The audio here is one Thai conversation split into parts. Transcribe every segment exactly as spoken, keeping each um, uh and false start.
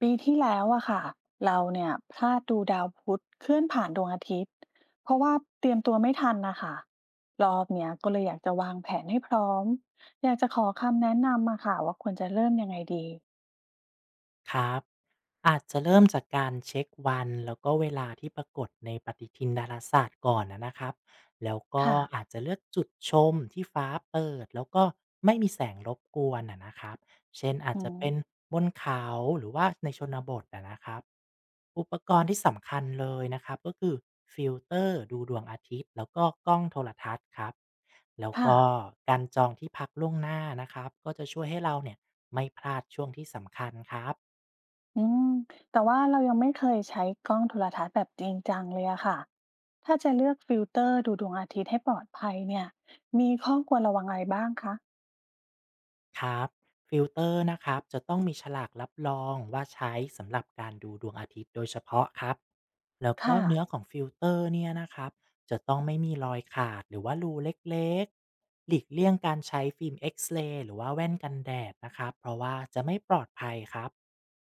ปีที่แล้วอะค่ะเราเนี่ยพลาดดูดาวพุธเคลื่อนผ่านดวงอาทิตย์เพราะว่าเตรียมตัวไม่ทันนะคะรอบเนี้ยก็เลยอยากจะวางแผนให้พร้อมอยากจะขอคำแนะนำมาค่ะว่าควรจะเริ่มยังไงดีครับอาจจะเริ่มจากการเช็ควันแล้วก็เวลาที่ปรากฏในปฏิทินดาราศาสตร์ก่อนนะนะครับแล้วก็ค่ะอาจจะเลือกจุดชมที่ฟ้าเปิดแล้วก็ไม่มีแสงรบกวนนะนะครับเช่นอาจอืจะมเป็นบนเขาหรือว่าในชนบทนะนะครับอุปกรณ์ที่สำคัญเลยนะครับก็คือฟิลเตอร์ดูดวงอาทิตย์แล้วก็กล้องโทรทัศน์ครับแล้วค่ะก็การจองที่พักล่วงหน้านะครับก็จะช่วยให้เราเนี่ยไม่พลาดช่วงที่สำคัญครับ อืมแต่ว่าเรายังไม่เคยใช้กล้องโทรทัศน์แบบจริงจังเลยอะค่ะถ้าจะเลือกฟิลเตอร์ดูดวงอาทิตย์ให้ปลอดภัยเนี่ยมีข้อควรระวังอะไรบ้างคะครับฟิลเตอร์นะครับจะต้องมีฉลากรับรองว่าใช้สำหรับการดูดวงอาทิตย์โดยเฉพาะครับแล้วก็ค่ะเนื้อของฟิลเตอร์เนี่ยนะครับจะต้องไม่มีรอยขาดหรือว่ารูเล็กๆหลีกเลี่ยงการใช้ฟิล์มเอ็กซเรย์หรือว่าแว่นกันแดดนะครับเพราะว่าจะไม่ปลอดภัยครับ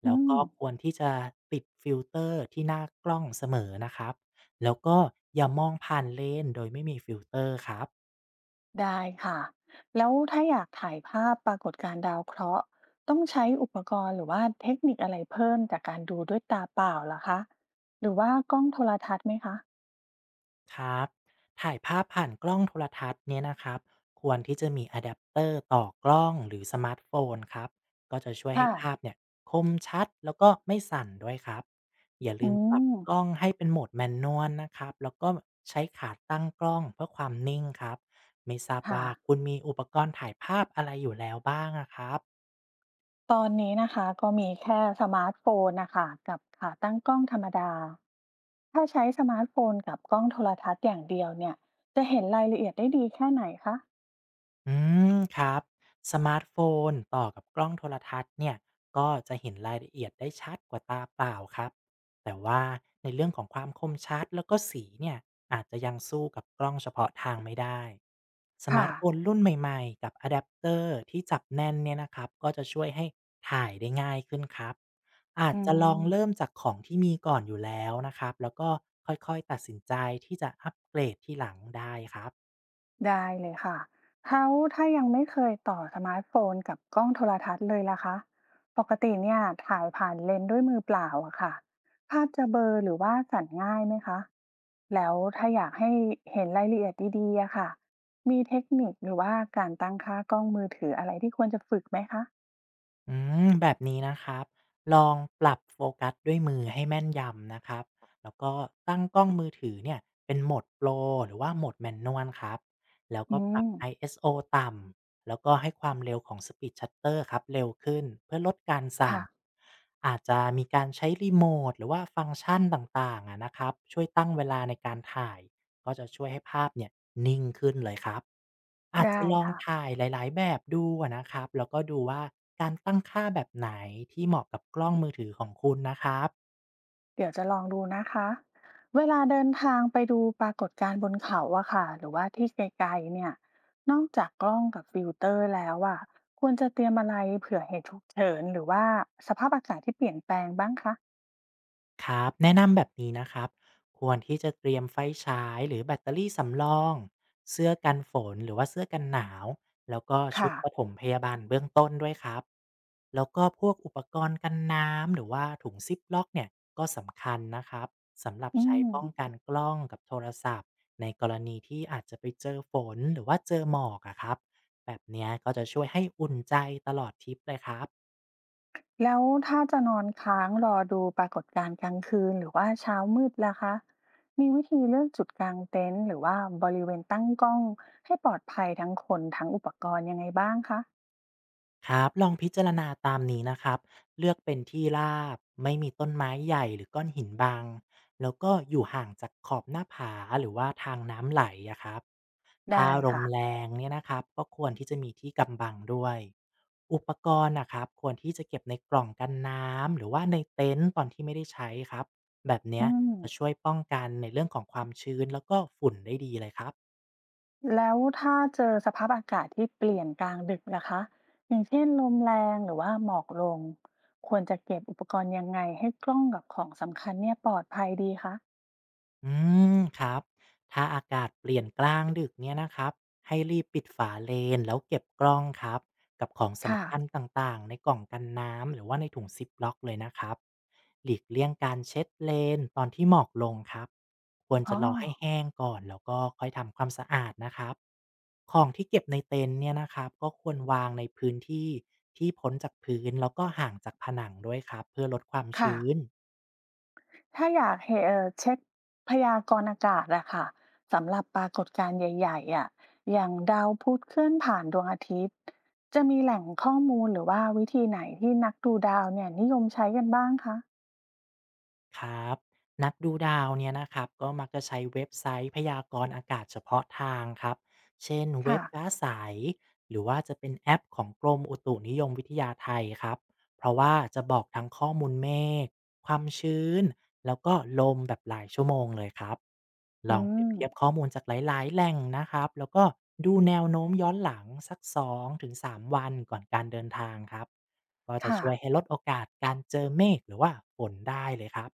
แล้อืวก็ม ควรที่จะติดฟิลเตอร์ที่หน้ากล้องเสมอนะครับแล้วก็อย่ามองผ่านเลนส์โดยไม่มีฟิลเตอร์ครับ ได้ค่ะแล้วถ้าอยากถ่ายภาพปรากฏการณ์ดาวเคราะห์ต้องใช้อุปกรณ์หรือว่าเทคนิคอะไรเพิ่มจากการดูด้วยตาเปล่าเหรอคะหรือว่ากล้องโทรทัศน์ไหมคะครับถ่ายภาพผ่านกล้องโทรทัศน์เนี่ยนะครับควรที่จะมีอะแดปเตอร์ต่อกล้องหรือสมาร์ทโฟนครับก็จะช่วยให้ค่ะภาพเนี่ยคมชัดแล้วก็ไม่สั่นด้วยครับอย่าลือืมปรับมกล้องให้เป็นโหมดแมนนวลนะครับแล้วก็ใช้ขาตั้งกล้องเพื่อความนิ่งครับไม่ทราบค่ะว่าคุณมีอุปกรณ์ถ่ายภาพอะไรอยู่แล้วบ้างอะครับ ตอนนี้นะคะก็มีแค่สมาร์ทโฟนนะคะกับขาตั้งกล้องธรรมดาถ้าใช้สมาร์ทโฟนกับกล้องโทรทัศน์อย่างเดียวเนี่ยจะเห็นรายละเอียดได้ดีแค่ไหนคะอืมครับสมาร์ทโฟนต่อกับกล้องโทรทัศน์เนี่ยก็จะเห็นรายละเอียดได้ชัดกว่าตาเปล่าครับแต่ว่าในเรื่องของความคมชัดแล้วก็สีเนี่ยอาจจะยังสู้กับกล้องเฉพาะทางไม่ได้สมาค่ะร์ทโฟนรุ่นใหม่ๆกับอะแดปเตอร์ที่จับแน่นเนี่ยนะครับก็จะช่วยให้ถ่ายได้ง่ายขึ้นครับอาจอืจะลอม งเริ่มจากของที่มีก่อนอยู่แล้วนะครับแล้วก็ค่อยๆตัดสินใจที่จะอัปเกรดที่หลังได้ครับ ได้เลยค่ะแล้วถ้ายังไม่เคยต่อสมาร์ทโฟนกับกล้องโทรทัศน์เลยล่ะคะปกติเนี่ยถ่ายผ่านเลนส์ด้วยมือเปล่าอะค่ะภาพจะเบลอหรือว่าสั่นง่ายไหมคะแล้วถ้าอยากให้เห็นรายละเอียดดีๆอะค่ะมีเทคนิคหรือว่าการตั้งค่ากล้องมือถืออะไรที่ควรจะฝึกไหมคะอืมแบบนี้นะครับลองปรับโฟกัสด้วยมือให้แม่นยำนะครับแล้วก็ตั้งกล้องมือถือเนี่ยเป็นโหมดโปรหรือว่าโหมดแมนนวลครับแล้วก็อืปรับ ม ไอ เอส โอ ต่ำแล้วก็ให้ความเร็วของสปีดชัตเตอร์ครับเร็วขึ้นเพื่อลดการสั่นค่ะอาจจะมีการใช้รีโมทหรือว่าฟังก์ชันต่างๆอะนะครับช่วยตั้งเวลาในการถ่าย ก็จะช่วยให้ภาพเนี่ยนิ่งขึ้นเลยครับอาจจะได้ลองค่ะ ถ่ายหลายๆแบบดูอะนะครับแล้วก็ดูว่าการตั้งค่าแบบไหนที่เหมาะกับกล้องมือถือของคุณนะครับ เดี๋ยวจะลองดูนะคะ เวลาเดินทางไปดูปรากฏการณ์บนเขาอะค่ะหรือว่าที่ไกลๆเนี่ยนอกจากกล้องกับฟิลเตอร์แล้วอะควรจะเตรียมอะไรเผื่อเหตุฉุกเฉินหรือว่าสภาพอากาศที่เปลี่ยนแปลงบ้างคะครับแนะนำแบบนี้นะครับควรที่จะเตรียมไฟฉายหรือแบตเตอรี่สำรองเสื้อกันฝนหรือว่าเสื้อกันหนาวแล้วก็ชุดค่ะปฐมพยาบาลเบื้องต้นด้วยครับแล้วก็พวกอุปกรณ์กันน้ำหรือว่าถุงซิปล็อกเนี่ยก็สำคัญนะครับสำหรับอืใช้มป้องกันกล้องกับโทรศัพท์ในกรณีที่อาจจะไปเจอฝนหรือว่าเจอหมอกอะครับแบบเนี้ยก็จะช่วยให้อุ่นใจตลอดทริปเลยครับ แล้วถ้าจะนอนค้างรอดูปรากฏการณ์กลางคืนหรือว่าเช้ามืดล่ะคะ มีวิธีเลือกจุดกลางเต็นท์หรือว่าบริเวณตั้งกล้องให้ปลอดภัยทั้งคนทั้งอุปกรณ์ยังไงบ้างคะครับลองพิจารณาตามนี้นะครับเลือกเป็นที่ราบไม่มีต้นไม้ใหญ่หรือก้อนหินบังแล้วก็อยู่ห่างจากขอบหน้าผาหรือว่าทางน้ำไหลอะครับถ้าได้ลมค่ะแรงเนี่ยนะครับก็ควรที่จะมีที่กำบังด้วยอุปกรณ์นะครับควรที่จะเก็บในกล่องกันน้ำหรือว่าในเต็นท์ตอนที่ไม่ได้ใช้ครับแบบอืเนี้ยม จะช่วยป้องกันในเรื่องของความชื้นแล้วก็ฝุ่นได้ดีเลยครับ แล้วถ้าเจอสภาพอากาศที่เปลี่ยนกลางดึกนะคะอย่างเช่นลมแรงหรือว่าหมอกลงควรจะเก็บอุปกรณ์ยังไงให้กล้องกับของสำคัญเนี่ยปลอดภัยดีคะอืมครับถ้าอากาศเปลี่ยนกลางดึกเนี่ยนะครับให้รีบปิดฝาเลนแล้วเก็บกล้องครับกับของค่ะสำคัญต่างๆในกล่องกันน้ำหรือว่าในถุงซิปล็อกเลยนะครับหลีกเลี่ยงการเช็ดเลนตอนที่หมอกลงครับควรอ๋อจะรอให้แห้งก่อนแล้วก็ค่อยทำความสะอาดนะครับของที่เก็บในเต็นท์เนี่ยนะครับก็ควรวางในพื้นที่ที่พ้นจากพื้นแล้วก็ห่างจากผนังด้วยครับเพื่อลดความค่ะชื้น ถ้าอยากเห็นเอ่อเช็คพยากรณ์อากาศอะค่ะสำหรับปรากฏการณ์ใหญ่ๆอะอย่างดาวพุธเคลื่อนผ่านดวงอาทิตย์จะมีแหล่งข้อมูลหรือว่าวิธีไหนที่นักดูดาวเนี่ยนิยมใช้กันบ้างคะครับนักดูดาวเนี่ยนะครับก็มักจะใช้เว็บไซต์พยากรณ์อากาศเฉพาะทางครับเช่นเว็ค่ะบฟ้าใสหรือว่าจะเป็นแอปของกรมอุตุนิยมวิทยาไทยครับเพราะว่าจะบอกทั้งข้อมูลเมฆความชื้นแล้วก็ลมแบบหลายชั่วโมงเลยครับลอืองเปรียบมเทียบข้อมูลจากหลายๆแหล่งนะครับแล้วก็ดูแนวโน้มย้อนหลังสักสองถึงสามวันก่อนการเดินทางครับก็จะค่ะ ช่วยให้ลดโอกาสการเจอเมฆหรือว่าฝนได้เลยครับ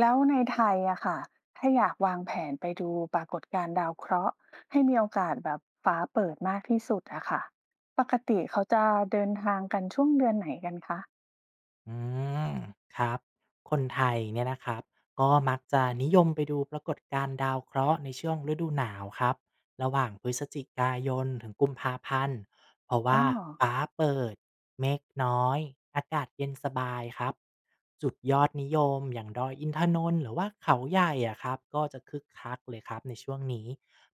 แล้วในไทยอะค่ะถ้าอยากวางแผนไปดูปรากฏการณ์ดาวเคราะห์ให้มีโอกาสแบบฟ้าเปิดมากที่สุดอะค่ะปกติเขาจะเดินทางกันช่วงเดือนไหนกันคะอืมครับคนไทยเนี่ยนะครับก็มักจะนิยมไปดูปรากฏการณ์ดาวเคราะห์ในช่วงฤดูหนาวครับระหว่างพฤศจิกายนถึงกุมภาพันธ์เพราะอ๋ว่าอฟ้าเปิดเมฆน้อยอากาศเย็นสบายครับจุดยอดนิยมอย่างดอยอินทนนท์หรือว่าเขาใหญ่อะครับก็จะคึกคักเลยครับในช่วงนี้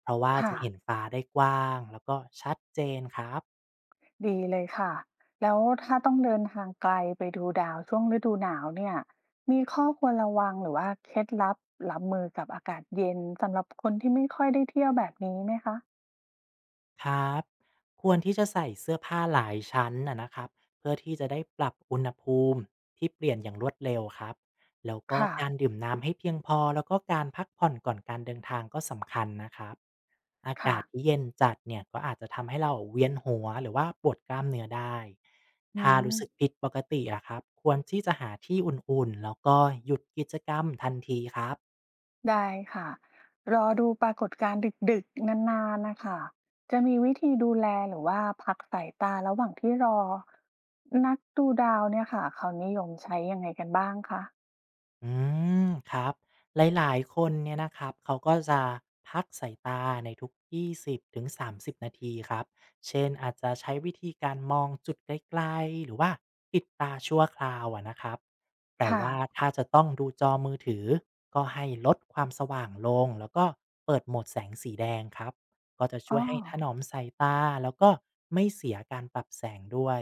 เพราะว่าค่ะจะเห็นฟ้าได้กว้างแล้วก็ชัดเจนครับ ดีเลยค่ะแล้วถ้าต้องเดินทางไกลไปดูดาวช่วงฤดูหนาวเนี่ยมีข้อควรระวังหรือว่าเคล็ดลับรับมือกับอากาศเย็นสำหรับคนที่ไม่ค่อยได้เที่ยวแบบนี้ไหมคะครับควรที่จะใส่เสื้อผ้าหลายชั้นนะนะครับเพื่อที่จะได้ปรับอุณหภูมิที่เปลี่ยนอย่างรวดเร็วครับแล้วก็ค่ะการดื่มน้ำให้เพียงพอแล้วก็การพักผ่อนก่อนการเดินทางก็สำคัญนะครับอาค่ะกาศที่เย็นจัดเนี่ยก็อาจจะทำให้เราเวียนหัวหรือว่าปวดกล้ามเนื้อได้อืถ้าม รู้สึกผิดปกติอะครับควรที่จะหาที่อุ่นๆแล้วก็หยุดกิจกรรมทันทีครับ ได้ค่ะรอดูปรากฏการณ์ดึกๆนานๆนะคะจะมีวิธีดูแลหรือว่าพักสายตาระหว่างที่รอนักดูดาวเนี่ยค่ะเขานิยมใช้ยังไงกันบ้างคะอืมครับหลายๆคนเนี่ยนะครับเขาก็จะพักสายตาในทุกยี่สิบถึงสามสิบนาทีครับเช่นอาจจะใช้วิธีการมองจุดไกลๆหรือว่าปิดตาชั่วคราวอะนะครับแต่ค่ะว่าถ้าจะต้องดูจอมือถือก็ให้ลดความสว่างลงแล้วก็เปิดโหมดแสงสีแดงครับ ก็จะอ๋ช่อวยให้ถนอมสายตาแล้วก็ไม่เสียการปรับแสงด้วย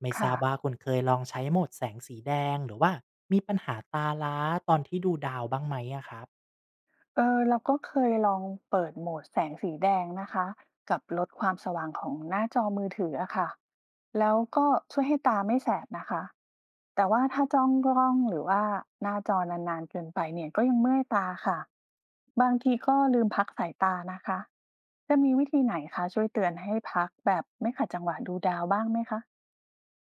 ไม่ทราค่ะ บว่าคุณเคยลองใช้โหมดแสงสีแดงหรือว่ามีปัญหาตาล้าตอนที่ดูดาวบ้างไหมอะครับ เออเราก็เคยลองเปิดโหมดแสงสีแดงนะคะกับลดความสว่างของหน้าจอมือถืออะค่ะแล้วก็ช่วยให้ตาไม่แสบนะคะแต่ว่าถ้าจ้องกล้องหรือว่าหน้าจอนานๆเกินไปเนี่ยก็ยังเมื่อยตาค่ะบางทีก็ลืมพักสายตานะคะจะมีวิธีไหนคะช่วยเตือนให้พักแบบไม่ขัดจังหวะดูดาวบ้างไหมคะ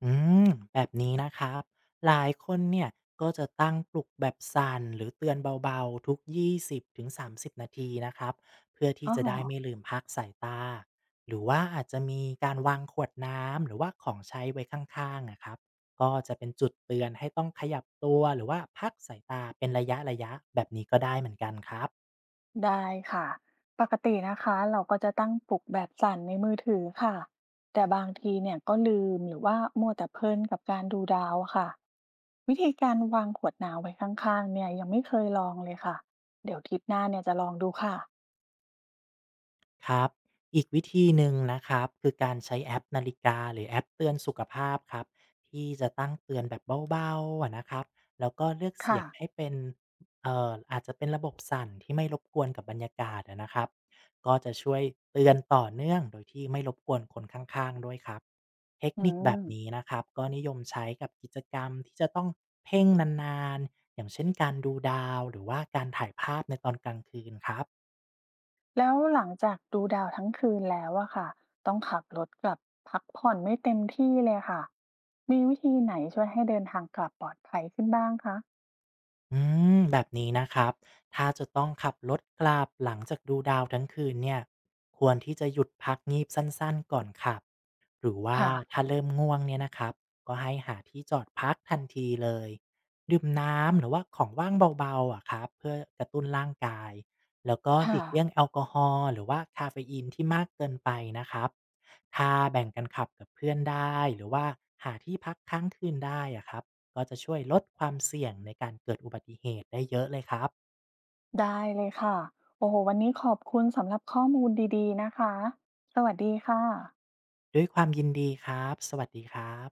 อืมแบบนี้นะครับหลายคนเนี่ยก็จะตั้งปลุกแบบสั่นหรือเตือนเบาๆทุกยี่สิบถึงสามสิบนาทีนะครับเพื่อที่อ๋อ จะได้ไม่ลืมพักสายตาหรือว่าอาจจะมีการวางขวดน้ำหรือว่าของใช้ไว้ข้างๆนะครับก็จะเป็นจุดเตือนให้ต้องขยับตัวหรือว่าพักสายตาเป็นระยะๆแบบนี้ก็ได้เหมือนกันครับ ได้ค่ะปกตินะคะเราก็จะตั้งปลุกแบบสั่นในมือถือค่ะแต่บางทีเนี่ยก็ลืมหรือว่ามัวแต่เพลินกับการดูดาวอะค่ะวิธีการวางขวดน้ำไว้ข้างๆเนี่ยยังไม่เคยลองเลยค่ะเดี๋ยวทริปหน้าเนี่ยจะลองดูค่ะครับอีกวิธีหนึ่งนะครับคือการใช้แอปนาฬิกาหรือแอปเตือนสุขภาพครับที่จะตั้งเตือนแบบเบาๆอะนะครับแล้วก็เลือกเสีค่ะยงให้เป็นเอ่ออาจจะเป็นระบบสั่นที่ไม่รบกวนกับบรรยากาศอะนะครับก็จะช่วยเตือนต่อเนื่องโดยที่ไม่รบกวนคนข้างๆด้วยครับเทคอืนิคแบมบนี้นะครับก็นิยมใช้กับกิจกรรมที่จะต้องเพ่งนานๆอย่างเช่นการดูดาวหรือว่าการถ่ายภาพในตอนกลางคืนครับ แล้วหลังจากดูดาวทั้งคืนแล้วอะค่ะต้องขับรถกลับพักผ่อนไม่เต็มที่เลยค่ะมีวิธีไหนช่วยให้เดินทางกลับปลอดภัยขึ้นบ้างคะอืมแบบนี้นะครับ ถ้าจะต้องขับรถกลับหลังจากดูดาวทั้งคืนเนี่ย ควรที่จะหยุดพักงีบสั้นๆก่อนขับ หรือว่าค่ะถ้าเริ่มง่วงเนี่ยนะครับก็ให้หาที่จอดพักทันทีเลยดื่มน้ำหรือว่าของว่างเบาๆอ่ะครับเพื่อกระตุ้นร่างกายแล้วก็หค่ะ ลีกเลี่ยงแอลกอฮอล์หรือว่าคาเฟอีนที่มากเกินไปนะครับถ้าแบ่งกันขับกับเพื่อนได้หรือว่าหาที่พักค้างคืนได้อ่ะครับก็จะช่วยลดความเสี่ยงในการเกิดอุบัติเหตุได้เยอะเลยครับได้เลยค่ะโอ้โหวันนี้ขอบคุณสำหรับข้อมูลดีๆ นะคะ สวัสดีค่ะด้วยความยินดีครับสวัสดีครับ